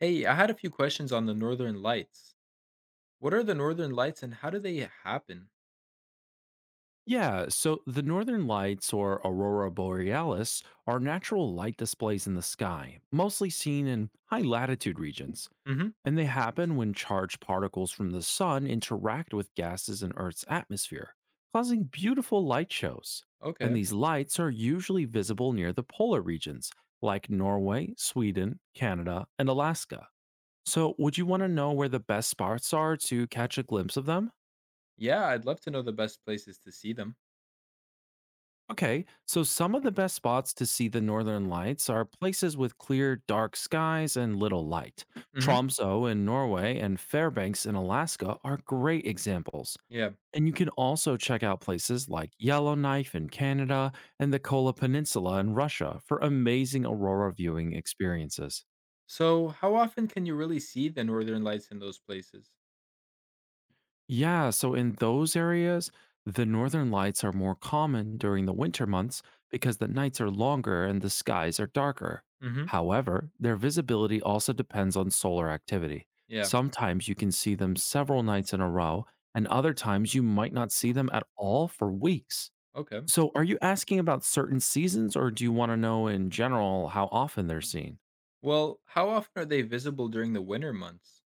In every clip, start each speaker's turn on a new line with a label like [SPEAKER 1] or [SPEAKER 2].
[SPEAKER 1] Hey, I had a few questions on the Northern Lights. What are the Northern Lights and how do they happen?
[SPEAKER 2] Yeah, so the northern lights or aurora borealis are natural light displays in the sky, mostly seen in high latitude regions,
[SPEAKER 1] Hmm.
[SPEAKER 2] and they happen when charged particles from the sun interact with gases in Earth's atmosphere, causing beautiful light shows. And
[SPEAKER 1] Okay.
[SPEAKER 2] these lights are usually visible near the polar regions, like Norway, Sweden, Canada, and Alaska. So, would you want to know where the best spots are to catch a glimpse of them?
[SPEAKER 1] Yeah, I'd love to know the best places to see them.
[SPEAKER 2] Okay, so some of the best spots to see the northern lights are places with clear, dark skies and little light.
[SPEAKER 1] Hmm.
[SPEAKER 2] Tromso in Norway and Fairbanks in Alaska are great examples.
[SPEAKER 1] Yeah.
[SPEAKER 2] And you can also check out places like Yellowknife in Canada and the Kola Peninsula in Russia for amazing aurora viewing experiences.
[SPEAKER 1] So, how often can you really see the Northern Lights in those places?
[SPEAKER 2] Yeah, so in those areas, the northern lights are more common during the winter months because the nights are longer and the skies are darker.
[SPEAKER 1] Hmm.
[SPEAKER 2] However, their visibility also depends on solar activity.
[SPEAKER 1] Yeah.
[SPEAKER 2] Sometimes you can see them several nights in a row, and other times you might not see them at all for weeks.
[SPEAKER 1] Okay.
[SPEAKER 2] So, are you asking about certain seasons or do you want to know in general how often they're seen?
[SPEAKER 1] Well, how often are they visible during the winter months?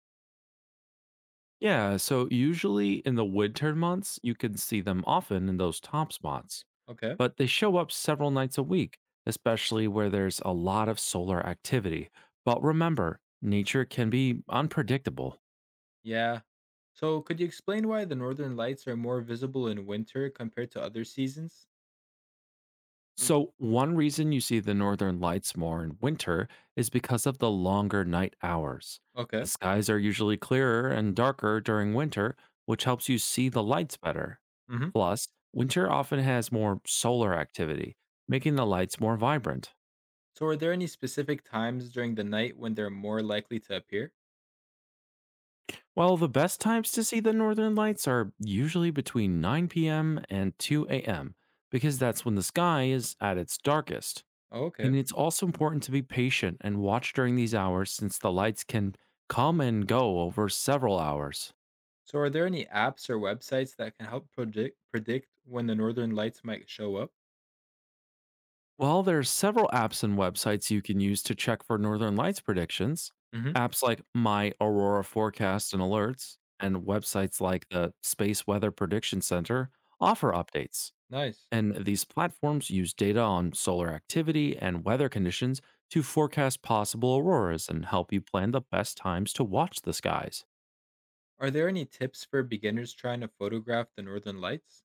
[SPEAKER 2] Yeah, so usually in the winter months, you can see them often in those top spots,
[SPEAKER 1] Okay.
[SPEAKER 2] but they show up several nights a week, especially where there's a lot of solar activity. But remember, nature can be unpredictable.
[SPEAKER 1] Yeah. So, could you explain why the Northern Lights are more visible in winter compared to other seasons?
[SPEAKER 2] So, one reason you see the northern lights more in winter is because of the longer night hours. The
[SPEAKER 1] Okay.
[SPEAKER 2] skies are usually clearer and darker during winter, which helps you see the lights better.
[SPEAKER 1] Hmm.
[SPEAKER 2] Plus, winter often has more solar activity, making the lights more vibrant.
[SPEAKER 1] So, are there any specific times during the night when they're more likely to appear?
[SPEAKER 2] Well, the best times to see the northern lights are usually between 9 p.m. and 2 a.m. because that's when the sky is at its darkest.
[SPEAKER 1] Oh,
[SPEAKER 2] And
[SPEAKER 1] okay.
[SPEAKER 2] it's also important to be patient and watch during these hours since the lights can come and go over several hours.
[SPEAKER 1] So, are there any apps or websites that can help predict when the northern lights might show up?
[SPEAKER 2] Well, there are several apps and websites you can use to check for northern lights predictions.
[SPEAKER 1] Hmm.
[SPEAKER 2] Apps like My Aurora Forecast and Alerts and websites like the Space Weather Prediction Center offer updates.
[SPEAKER 1] Nice.
[SPEAKER 2] And these platforms use data on solar activity and weather conditions to forecast possible auroras and help you plan the best times to watch the skies.
[SPEAKER 1] Are there any tips for beginners trying to photograph the northern lights?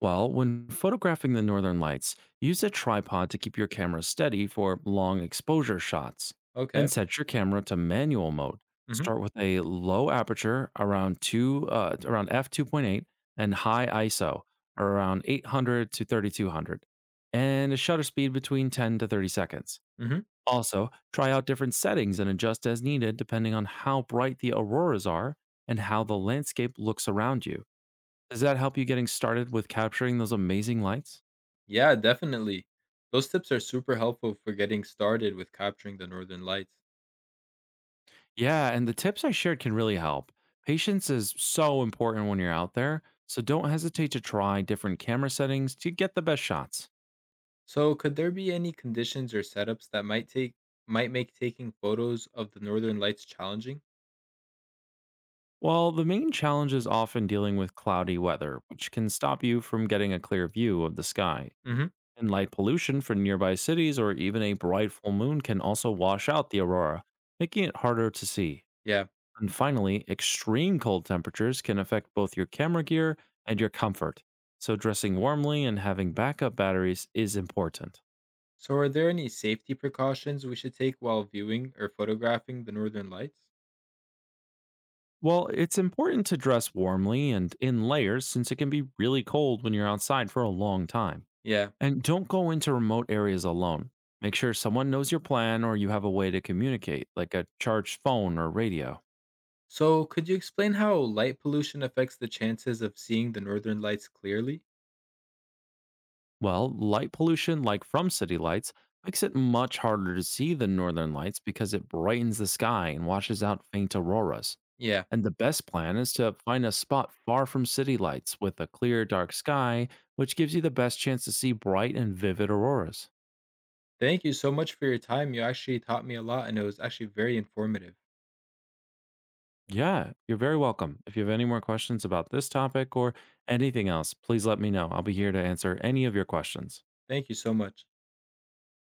[SPEAKER 2] Well, when photographing the northern lights, use a tripod to keep your camera steady for long exposure shots and
[SPEAKER 1] Okay.
[SPEAKER 2] set your camera to manual mode.
[SPEAKER 1] Mhm.
[SPEAKER 2] Start with a low aperture around 2, around f2.8 and high ISO around 800 to 3200 and a shutter speed between 10 to 30 seconds.
[SPEAKER 1] Mhm.
[SPEAKER 2] Also, try out different settings and adjust as needed depending on how bright the auroras are and how the landscape looks around you. Does that help you getting started with capturing those amazing lights?
[SPEAKER 1] Yeah, definitely. Those tips are super helpful for getting started with capturing the northern lights.
[SPEAKER 2] Yeah, and the tips I shared can really help. Patience is so important when you're out there, so don't hesitate to try different camera settings to get the best shots.
[SPEAKER 1] So, could there be any conditions or setups that might make taking photos of the northern lights challenging?
[SPEAKER 2] Well, the main challenge is often dealing with cloudy weather, which can stop you from getting a clear view of the sky,
[SPEAKER 1] Mhm.
[SPEAKER 2] and light pollution from nearby cities or even a bright full moon can also wash out the aurora, making it harder to see.
[SPEAKER 1] Yeah.
[SPEAKER 2] And finally, extreme cold temperatures can affect both your camera gear and your comfort. So, dressing warmly and having backup batteries is important.
[SPEAKER 1] So, are there any safety precautions we should take while viewing or photographing the northern lights?
[SPEAKER 2] Well, it's important to dress warmly and in layers since it can be really cold when you're outside for a long time.
[SPEAKER 1] Yeah.
[SPEAKER 2] And don't go into remote areas alone. Make sure someone knows your plan or you have a way to communicate, like a charged phone or radio.
[SPEAKER 1] So, could you explain how light pollution affects the chances of seeing the northern lights clearly?
[SPEAKER 2] Well, light pollution, like from city lights, makes it much harder to see the northern lights because it brightens the sky and washes out faint auroras.
[SPEAKER 1] Yeah.
[SPEAKER 2] And the best plan is to find a spot far from city lights with a clear, dark sky, which gives you the best chance to see bright and vivid auroras.
[SPEAKER 1] Thank you so much for your time. You actually taught me a lot and it was actually very informative.
[SPEAKER 2] Yeah, you're very welcome. If you have any more questions about this topic or anything else, please let me know. I'll be here to answer any of your questions.
[SPEAKER 1] Thank you so much.